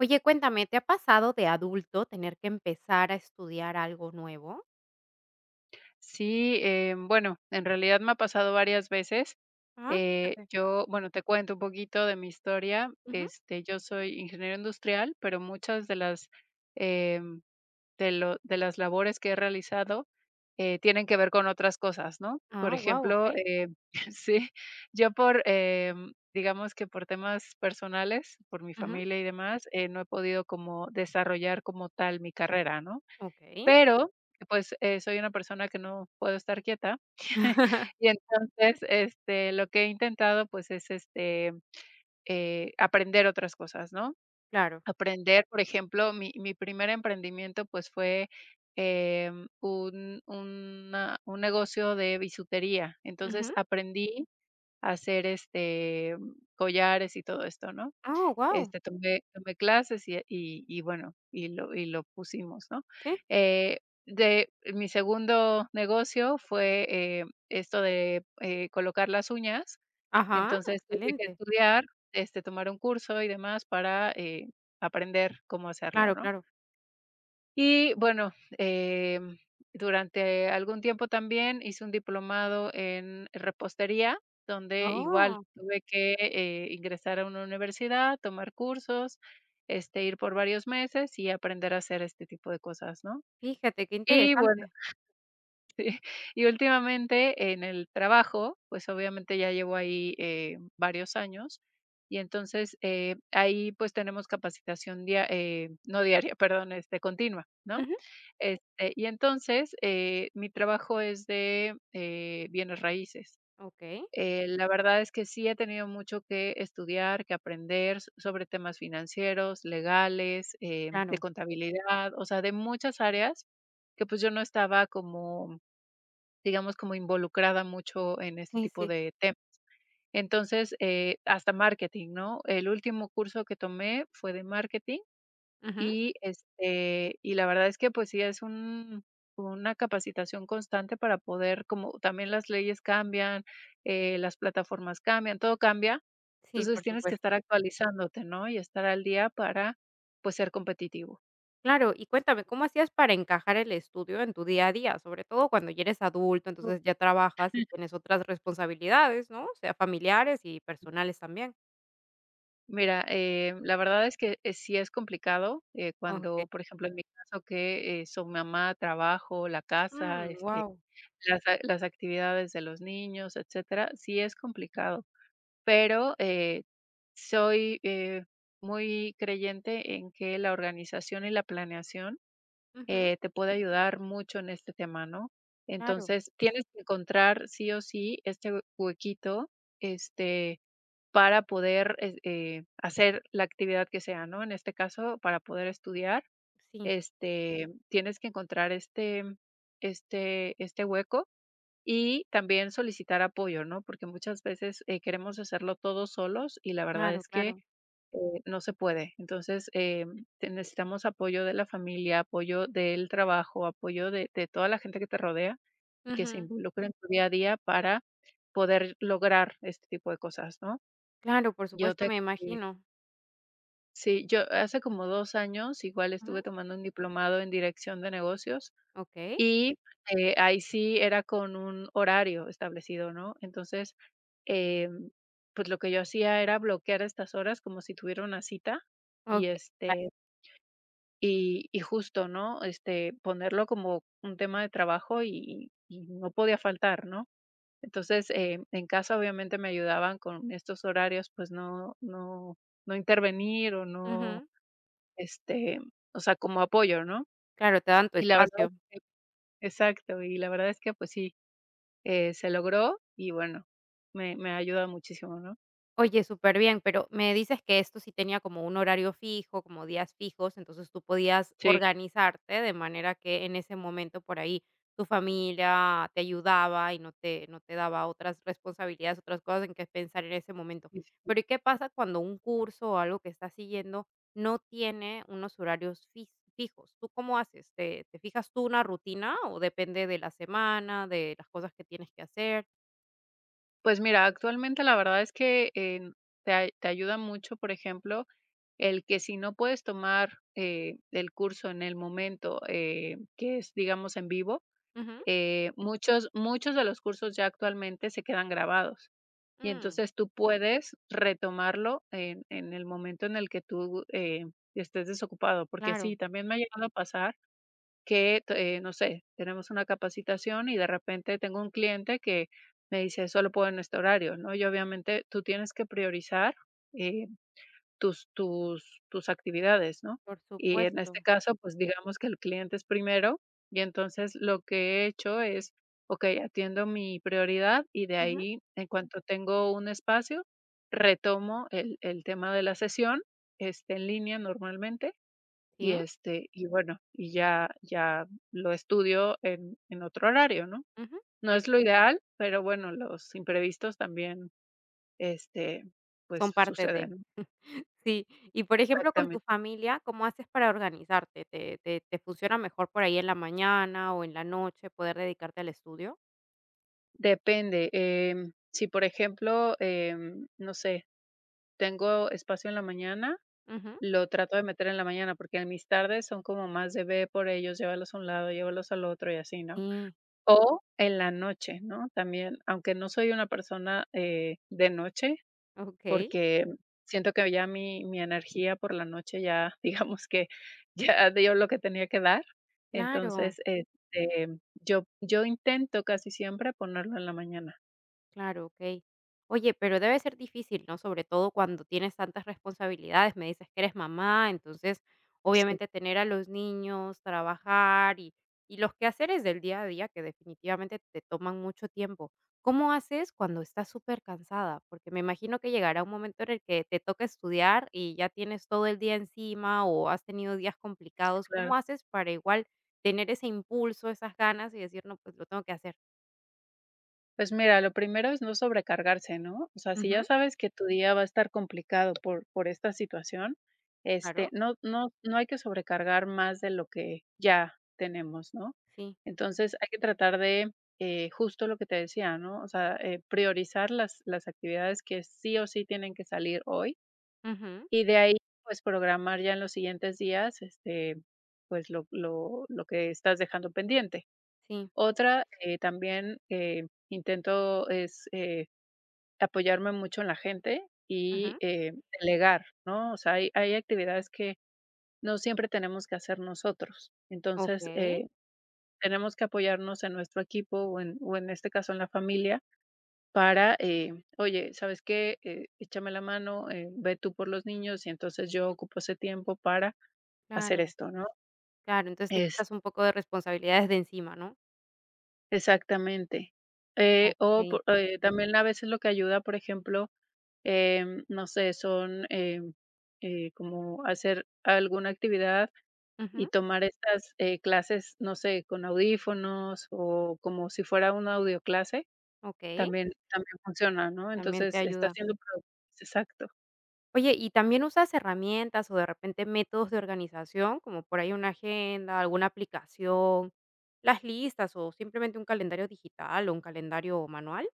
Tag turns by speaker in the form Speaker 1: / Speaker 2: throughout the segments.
Speaker 1: Oye, cuéntame, ¿te ha pasado de adulto tener que empezar a estudiar algo nuevo?
Speaker 2: Sí, bueno, en realidad me ha pasado varias veces.
Speaker 1: Ah, fíjate.
Speaker 2: Yo, bueno, te cuento un poquito de mi historia.
Speaker 1: Ujú.
Speaker 2: Este, yo soy ingeniero industrial, pero muchas de las em, de las labores que he realizado tienen que ver con otras cosas, ¿no? Por
Speaker 1: Ah, guau, ¿ok?
Speaker 2: ejemplo, sí, yo digamos que por temas personales, por mi
Speaker 1: Ujú.
Speaker 2: familia y demás, no he podido como desarrollar como tal mi carrera, ¿no?
Speaker 1: Ok.
Speaker 2: Pero, pues, soy una persona que no puedo estar quieta. Y entonces, este, lo que he intentado, pues, es, aprender otras cosas, ¿no?
Speaker 1: Claro.
Speaker 2: Aprender, por ejemplo, mi primer emprendimiento, pues, fue, un negocio de bisutería. Entonces,
Speaker 1: Ujú.
Speaker 2: aprendí a hacer, este, collares y todo esto, ¿no?
Speaker 1: Oh, guau.
Speaker 2: Este, tomé clases y bueno, y lo pusimos, ¿no?
Speaker 1: Sí.
Speaker 2: Eh, de mi segundo negocio fue, esto de, colocar las uñas,
Speaker 1: Ajá,
Speaker 2: entonces tuve que
Speaker 1: excelente.
Speaker 2: estudiar, este, tomar un curso y demás para, aprender cómo hacerlo,
Speaker 1: Claro,
Speaker 2: ¿no?
Speaker 1: claro.
Speaker 2: Y bueno, em, durante algún tiempo también hice un diplomado en repostería, donde igual
Speaker 1: Oh,
Speaker 2: tuve que, ingresar a una universidad, tomar cursos, este, ir por varios meses y aprender a hacer este tipo de cosas, ¿no?
Speaker 1: fíjate, qué
Speaker 2: Y bueno,
Speaker 1: interesante.
Speaker 2: sí, y últimamente en el trabajo, pues obviamente ya llevo ahí, varios años, y entonces, ahí pues tenemos capacitación dia no diaria, perdón, este, continua, ¿no?
Speaker 1: Ujú.
Speaker 2: Este, y entonces, mi trabajo es de, bienes raíces.
Speaker 1: Ok.
Speaker 2: La verdad es que sí he tenido mucho que estudiar, que aprender s sobre temas financieros, legales, de
Speaker 1: Claro.
Speaker 2: contabilidad, o sea, de muchas áreas que, pues, yo no estaba como, digamos, como involucrada mucho en este
Speaker 1: Sí,
Speaker 2: tipo
Speaker 1: sí.
Speaker 2: de temas. Entonces, hasta marketing, ¿no? El último curso que tomé fue de marketing
Speaker 1: Ujú.
Speaker 2: y la verdad es que, pues sí, es un una capacitación constante para poder como también las leyes cambian, las plataformas cambian, todo cambia.
Speaker 1: Sí,
Speaker 2: Entonces,
Speaker 1: por
Speaker 2: tienes que
Speaker 1: supuesto.
Speaker 2: estar actualizándote, ¿no? Y estar al día para, pues, ser competitivo.
Speaker 1: Claro, y cuéntame, ¿cómo hacías para encajar el estudio en tu día a día? Sobre todo cuando ya eres adulto,
Speaker 2: No.
Speaker 1: entonces ya trabajas y tienes otras responsabilidades, ¿no? O sea, familiares y personales también.
Speaker 2: Mira, la verdad es que, sí es complicado,
Speaker 1: Okey.
Speaker 2: cuando, por ejemplo, en mi caso que, son mamá, trabajo, la casa, este,
Speaker 1: Wow,
Speaker 2: las actividades de los niños, etcétera, sí es complicado. Pero, soy, muy creyente en que la organización y la planeación, te puede ayudar mucho en este tema, ¿no?
Speaker 1: claro.
Speaker 2: Entonces, tienes que encontrar sí o sí este huequito, este, para poder, es hacer la actividad que sea, ¿no? En este caso, para poder estudiar,
Speaker 1: Sí,
Speaker 2: este, tienes que encontrar este hueco y también solicitar apoyo, ¿no? Porque muchas veces, queremos hacerlo todos solos y la verdad
Speaker 1: claro,
Speaker 2: es que,
Speaker 1: claro.
Speaker 2: no se puede. Entonces, te necesitamos apoyo de la familia, apoyo del trabajo, apoyo de toda la gente que te rodea y que se
Speaker 1: Ujú.
Speaker 2: involucre en tu día a día para poder lograr este tipo de cosas, ¿no?
Speaker 1: Claro, por
Speaker 2: Yo
Speaker 1: supuesto,
Speaker 2: te
Speaker 1: me
Speaker 2: eh,
Speaker 1: imagino.
Speaker 2: sí, yo hace como 2 años igual
Speaker 1: Ujú.
Speaker 2: estuve tomando un diplomado en dirección de negocios
Speaker 1: Okey.
Speaker 2: y, ahí sí era con un horario establecido, ¿no? Entonces, em, pues, lo que yo hacía era bloquear estas horas como si tuviera una cita y,
Speaker 1: Okey, claro.
Speaker 2: este, y justo, ¿no? Este, ponerlo como un tema de trabajo y no podía faltar, ¿no? Entonces, en casa, obviamente, me ayudaban con estos horarios, pues, no no no intervenir o no,
Speaker 1: Ujú.
Speaker 2: este, o sea, como apoyo, ¿no?
Speaker 1: Claro, te dan tu
Speaker 2: Y la verdad
Speaker 1: espacio.
Speaker 2: Exacto, y la verdad es que, pues sí, se logró y bueno, me ayuda muchísimo, ¿no?
Speaker 1: Oye, súper bien, pero me dices que esto sí tenía como un horario fijo, como días fijos, entonces tú podías
Speaker 2: Sí.
Speaker 1: organizarte de manera que en ese momento por ahí tu familia te ayudaba y no te, no te daba otras responsabilidades, otras cosas en que pensar en ese momento.
Speaker 2: Sí, sí, sí.
Speaker 1: Pero ¿y qué pasa cuando un curso o algo que estás siguiendo no tiene unos horarios fijos? ¿Tú cómo haces? ¿Te, te fijas tú una rutina o depende de la semana, de las cosas que tienes que hacer?
Speaker 2: Pues mira, actualmente la verdad es que, te ayuda mucho, por ejemplo, el que si no puedes tomar, el curso en el momento, que es, digamos, en vivo,
Speaker 1: Ujú.
Speaker 2: muchos de los cursos ya actualmente se quedan grabados. Y
Speaker 1: Mm,
Speaker 2: entonces tú puedes retomarlo en el momento en el que tú, estés desocupado, porque
Speaker 1: claro,
Speaker 2: sí, también me ha llegado a pasar que, no sé, tenemos una capacitación y de repente tengo un cliente que me dice, solo puedo en este horario, ¿no? Y obviamente tú tienes que priorizar eh, tus actividades, ¿no?
Speaker 1: por
Speaker 2: Y en este
Speaker 1: supuesto.
Speaker 2: caso, pues digamos que el cliente es primero y entonces lo que he hecho es, ok, atiendo mi prioridad y de
Speaker 1: Ujú,
Speaker 2: ahí, en cuanto tengo un espacio, retomo el tema de la sesión, este, en línea normalmente y,
Speaker 1: sí,
Speaker 2: este, y bueno, y ya ya lo estudio en otro horario, ¿no?
Speaker 1: ujú,
Speaker 2: No es lo ideal, pero bueno, los imprevistos también, este,
Speaker 1: son
Speaker 2: pues
Speaker 1: parte de.
Speaker 2: suceden.
Speaker 1: Sí, y por ejemplo, con tu
Speaker 2: Exactamente.
Speaker 1: familia, ¿cómo haces para organizarte? ¿Te funciona mejor por ahí en la mañana o en la noche poder dedicarte al estudio?
Speaker 2: Depende, si, por ejemplo, no sé, tengo espacio en la mañana,
Speaker 1: Ujú,
Speaker 2: lo trato de meter en la mañana, porque en mis tardes son como más de ve por ellos, llévalos a un lado, llévalos al otro y así, ¿no?
Speaker 1: sí,
Speaker 2: O en la noche, ¿no? También, aunque no soy una persona, de noche,
Speaker 1: okey,
Speaker 2: porque siento que ya mi mi energía por la noche ya, digamos que ya dio lo que tenía que dar.
Speaker 1: claro.
Speaker 2: Entonces, este, yo intento casi siempre ponerlo en la mañana.
Speaker 1: Claro, okey. Oye, pero debe ser difícil, ¿no? Sobre todo cuando tienes tantas responsabilidades. Me dices que eres mamá, entonces,
Speaker 2: Sí, sí,
Speaker 1: obviamente, tener a los niños, trabajar y los quehaceres del día a día que definitivamente te toman mucho tiempo. ¿Cómo haces cuando estás súper cansada? Porque me imagino que llegará un momento en el que te toca estudiar y ya tienes todo el día encima o has tenido días complicados. ¿Cómo
Speaker 2: claro.
Speaker 1: haces para igual tener ese impulso, esas ganas y decir: "No, pues lo tengo que hacer"?
Speaker 2: Pues mira, lo primero es no sobrecargarse, ¿no? O sea, si
Speaker 1: Ujú,
Speaker 2: ya sabes que tu día va a estar complicado por esta situación, este,
Speaker 1: claro,
Speaker 2: no, no, no hay que sobrecargar más de lo que ya tenemos, ¿no?
Speaker 1: sí.
Speaker 2: Entonces hay que tratar de justo lo que te decía, ¿no? O sea, priorizar las actividades que sí o sí tienen que salir hoy
Speaker 1: Ujú,
Speaker 2: y de ahí, pues, programar ya en los siguientes días, este, pues, lo que estás dejando pendiente.
Speaker 1: sí,
Speaker 2: Otra, también, intento es, apoyarme mucho en la gente y,
Speaker 1: ujú,
Speaker 2: delegar, ¿no? O sea, hay actividades que no siempre tenemos que hacer nosotros. Entonces,
Speaker 1: okey,
Speaker 2: tenemos que apoyarnos en nuestro equipo o en este caso en la familia para, oye, ¿sabes qué? Échame la mano, ve tú por los niños y entonces yo ocupo ese tiempo para hacer
Speaker 1: claro,
Speaker 2: esto, ¿no?
Speaker 1: claro, entonces te
Speaker 2: Es
Speaker 1: quitas un poco de responsabilidades de encima, ¿no?
Speaker 2: Exactamente. O po
Speaker 1: Okey,
Speaker 2: también a veces lo que ayuda, por ejemplo, no sé, son, como hacer alguna actividad y
Speaker 1: ujú,
Speaker 2: tomar estas, clases, no sé, con audífonos o como si fuera una audioclase,
Speaker 1: okey,
Speaker 2: también también funciona, ¿no?
Speaker 1: también te
Speaker 2: Entonces, está
Speaker 1: ayuda.
Speaker 2: siendo pro exacto.
Speaker 1: Oye, ¿y también usas herramientas o de repente métodos de organización, como por ahí una agenda, alguna aplicación, las listas o simplemente un calendario digital o un calendario manual?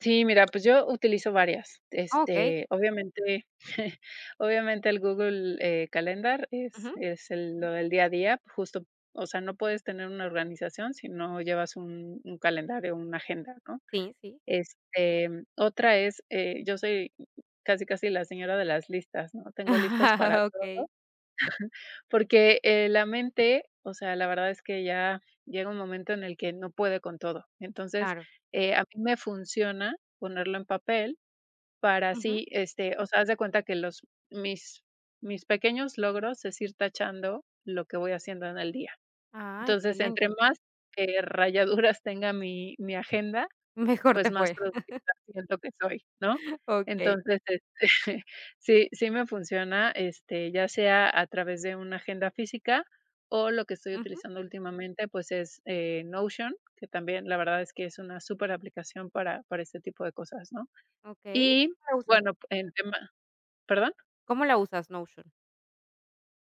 Speaker 2: Sí, mira, pues yo utilizo varias.
Speaker 1: Ah, okey,
Speaker 2: Este, obviamente el Google, Calendar
Speaker 1: ujú,
Speaker 2: es el lo del día a día, justo, o sea, no puedes tener una organización si no llevas un calendario, una agenda, ¿no?
Speaker 1: sí, sí.
Speaker 2: Este, otra es, yo soy casi, casi la señora de las listas, ¿no? Tengo listas para todo,
Speaker 1: Okey,
Speaker 2: porque, la mente, o sea, la verdad es que ya llega un momento en el que no puede con todo. Entonces,
Speaker 1: claro,
Speaker 2: a mí me funciona ponerlo en papel para
Speaker 1: ujú,
Speaker 2: así, este, o sea, haz de cuenta que los mis mis pequeños logros es ir tachando lo que voy haciendo en el día.
Speaker 1: ah,
Speaker 2: Entonces, entre
Speaker 1: excelente,
Speaker 2: más, rayaduras tenga mi mi agenda,
Speaker 1: mejor
Speaker 2: pues,
Speaker 1: te
Speaker 2: más
Speaker 1: fue,
Speaker 2: productiva siento que soy, ¿no?
Speaker 1: okey,
Speaker 2: Entonces, este, sí sí me funciona, este, ya sea a través de una agenda física o lo que estoy
Speaker 1: ujú,
Speaker 2: utilizando últimamente, pues, es, Notion, que también la verdad es que es una súper aplicación para este tipo de cosas, ¿no?
Speaker 1: okey,
Speaker 2: Y
Speaker 1: ¿la usas?
Speaker 2: bueno, en tema ¿Perdón?
Speaker 1: ¿Cómo la usas, Notion?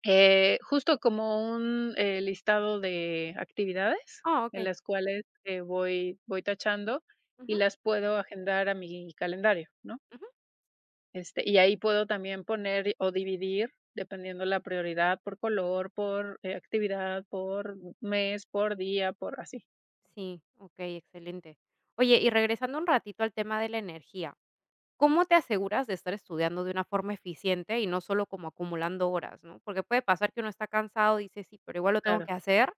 Speaker 2: Justo como un, listado de actividades
Speaker 1: Ah,
Speaker 2: en
Speaker 1: okey.
Speaker 2: las cuales, voy tachando
Speaker 1: Ujú,
Speaker 2: y las puedo agendar a mi calendario, ¿no?
Speaker 1: ujú.
Speaker 2: Este, y ahí puedo también poner o dividir, dependiendo la prioridad, por color, por, actividad, por mes, por día, por así.
Speaker 1: Sí, okey, excelente. Oye, y regresando un ratito al tema de la energía, ¿cómo te aseguras de estar estudiando de una forma eficiente y no solo como acumulando horas, no? Porque puede pasar que uno está cansado, dice: "Sí, pero igual lo tengo
Speaker 2: Claro,
Speaker 1: que hacer",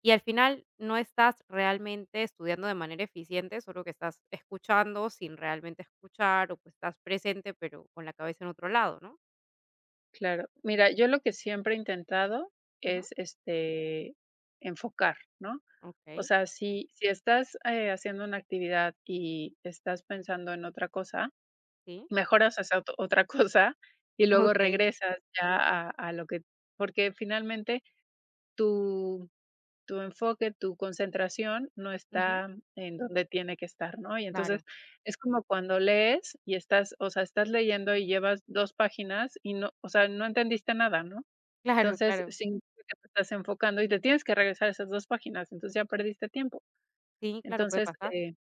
Speaker 1: y al final no estás realmente estudiando de manera eficiente, solo que estás escuchando sin realmente escuchar, o pues estás presente, pero con la cabeza en otro lado, ¿no?
Speaker 2: claro. Mira, yo lo que siempre he intentado
Speaker 1: Ujú,
Speaker 2: es, este, enfocar, ¿no? O
Speaker 1: okey,
Speaker 2: sea, si si estás, haciendo una actividad y estás pensando en otra cosa,
Speaker 1: sí,
Speaker 2: mejor haces ot otra cosa y luego
Speaker 1: okey.
Speaker 2: regresas ya a lo que porque finalmente tu tu enfoque, tu concentración no está
Speaker 1: Ujú.
Speaker 2: en donde tiene que estar, ¿no? Y entonces
Speaker 1: Claro,
Speaker 2: es como cuando lees y estás, o sea, estás leyendo y llevas 2 páginas y no, o sea, no entendiste nada, ¿no?
Speaker 1: claro,
Speaker 2: Entonces
Speaker 1: claro.
Speaker 2: significa que te estás enfocando y te tienes que regresar a esas 2 páginas, entonces ya perdiste tiempo.
Speaker 1: Sí, claro, puede
Speaker 2: Entonces,
Speaker 1: pasar.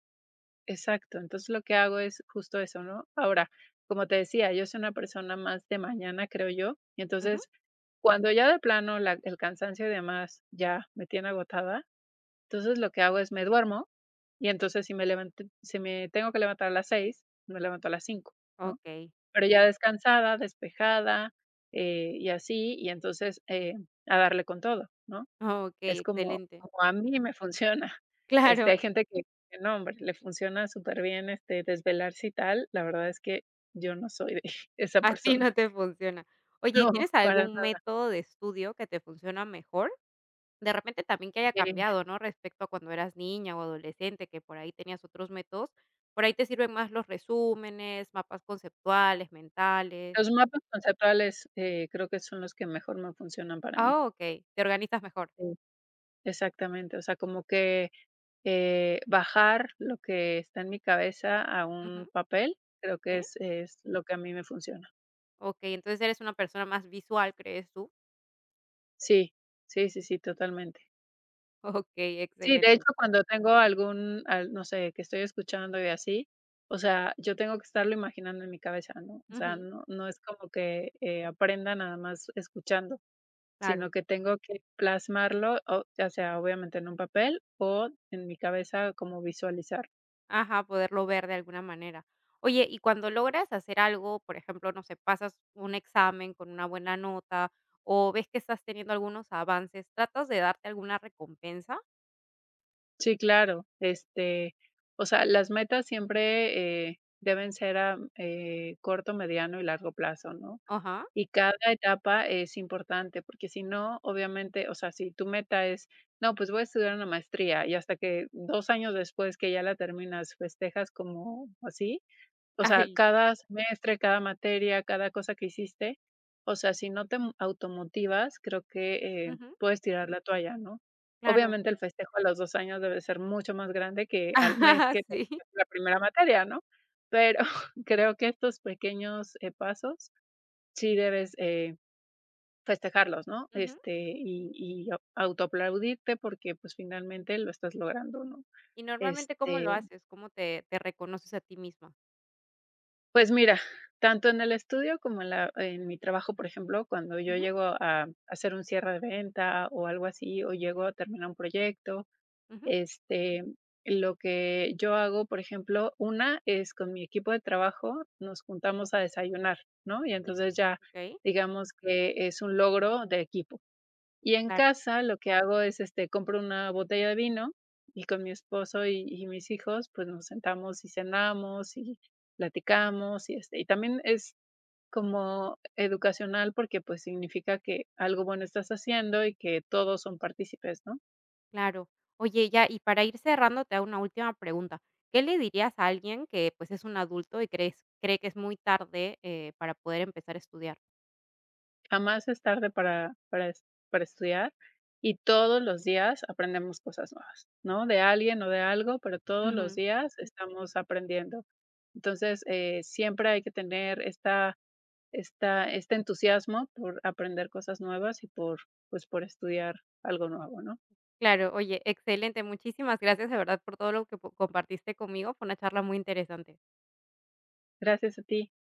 Speaker 2: exacto, entonces lo que hago es justo eso, ¿no? Ahora, como te decía, yo soy una persona más de mañana, creo yo, y
Speaker 1: Ujú.
Speaker 2: entonces cuando ya de plano el cansancio y demás ya me tiene agotada, entonces lo que hago es me duermo y entonces si me tengo que levantar a las 6, me levanto a las 5, ¿no?
Speaker 1: Okey,
Speaker 2: Pero ya descansada, despejada y así, y entonces a darle con todo, ¿no?
Speaker 1: okey,
Speaker 2: Es como
Speaker 1: excelente.
Speaker 2: como a mí me funciona. Este,
Speaker 1: Claro,
Speaker 2: hay gente que no, hombre, le funciona súper bien este, desvelarse y tal. La verdad es que yo no soy de esa
Speaker 1: a ti
Speaker 2: persona.
Speaker 1: no te funciona. Oye, ¿y
Speaker 2: No,
Speaker 1: tienes
Speaker 2: para
Speaker 1: algún
Speaker 2: nada.
Speaker 1: método de estudio que te funciona mejor? De repente también que haya
Speaker 2: Eh,
Speaker 1: cambiado, ¿no? Respecto a cuando eras niña o adolescente, que por ahí tenías otros métodos. Por ahí te sirven más los resúmenes, mapas conceptuales, mentales.
Speaker 2: los mapas conceptuales, creo que son los que mejor me funcionan para mí.
Speaker 1: Ah, okey, te organizas mejor.
Speaker 2: Sí, exactamente. O sea, como que, bajar lo que está en mi cabeza a
Speaker 1: Ujú,
Speaker 2: un papel, creo que
Speaker 1: sí.
Speaker 2: es lo que a mí me funciona.
Speaker 1: Okey, entonces eres una persona más visual, ¿crees tú?
Speaker 2: Sí, sí, sí, sí, totalmente.
Speaker 1: Okey,
Speaker 2: Sí, de
Speaker 1: excelente.
Speaker 2: hecho, cuando tengo algún al no sé, que estoy escuchando y así, o sea, yo tengo que estarlo imaginando en mi cabeza, ¿no? O sea,
Speaker 1: Ujú,
Speaker 2: no no es como que, aprenda nada más escuchando,
Speaker 1: claro.
Speaker 2: sino que tengo que plasmarlo, o ya sea, obviamente en un papel o en mi cabeza, como visualizar.
Speaker 1: Ajá, poderlo ver de alguna manera. Oye, y cuando logras hacer algo, por ejemplo, no sé, pasas un examen con una buena nota o ves que estás teniendo algunos avances, ¿tratas de darte alguna recompensa?
Speaker 2: Sí, claro, este, o sea, las metas siempre, deben ser a, corto, mediano y largo plazo, ¿no?
Speaker 1: Ajá.
Speaker 2: Y cada etapa es importante, porque si no, obviamente, o sea, si tu meta es, no, pues voy a estudiar una maestría y hasta que 2 años después que ya la terminas, festejas como así, o sea,
Speaker 1: Ay,
Speaker 2: cada semestre, cada materia, cada cosa que hiciste, o sea, si no te automotivas, creo que,
Speaker 1: ujú,
Speaker 2: puedes tirar la toalla, ¿no?
Speaker 1: claro.
Speaker 2: Obviamente, el festejo a los 2 años debe ser mucho más grande que al mes
Speaker 1: Ajá,
Speaker 2: que
Speaker 1: sí.
Speaker 2: terminaste la primera materia, ¿no? Pero creo que estos pequeños, pasos sí debes, festejarlos, ¿no?
Speaker 1: Ujú.
Speaker 2: Este, y au autoaplaudirte porque, pues, finalmente lo estás logrando, ¿no?
Speaker 1: Y normalmente, ¿cómo
Speaker 2: Este,
Speaker 1: lo haces? ¿Cómo te reconoces a ti misma?
Speaker 2: pues mira, tanto en el estudio como en mi trabajo, por ejemplo, cuando yo
Speaker 1: Ujú,
Speaker 2: llego a hacer un cierre de venta o algo así, o llego a terminar un proyecto,
Speaker 1: ujú.
Speaker 2: este, lo que yo hago, por ejemplo, una es con mi equipo de trabajo nos juntamos a desayunar, ¿no? Y
Speaker 1: Sí,
Speaker 2: entonces ya
Speaker 1: okey,
Speaker 2: digamos que es un logro de equipo. Y en
Speaker 1: claro.
Speaker 2: casa lo que hago es, este, compro una botella de vino y con mi esposo y mis hijos, pues, nos sentamos y cenamos y platicamos y también es como educacional porque, pues, significa que algo bueno estás haciendo y que todos son partícipes, ¿no?
Speaker 1: Claro. Oye, ya, y para ir cerrando, te hago una última pregunta. ¿Qué le dirías a alguien que, pues, es un adulto y cree que es muy tarde, para poder empezar a estudiar?
Speaker 2: Jamás es tarde para estudiar y todos los días aprendemos cosas nuevas, ¿no? De alguien o de algo, pero todos los
Speaker 1: Ujú.
Speaker 2: días estamos aprendiendo. Entonces, siempre hay que tener esta esta este entusiasmo por aprender cosas nuevas y por estudiar algo nuevo, ¿no?
Speaker 1: Claro, oye, excelente. Muchísimas gracias, de verdad, por todo lo que po compartiste conmigo. Fue una charla muy interesante.
Speaker 2: Gracias a ti.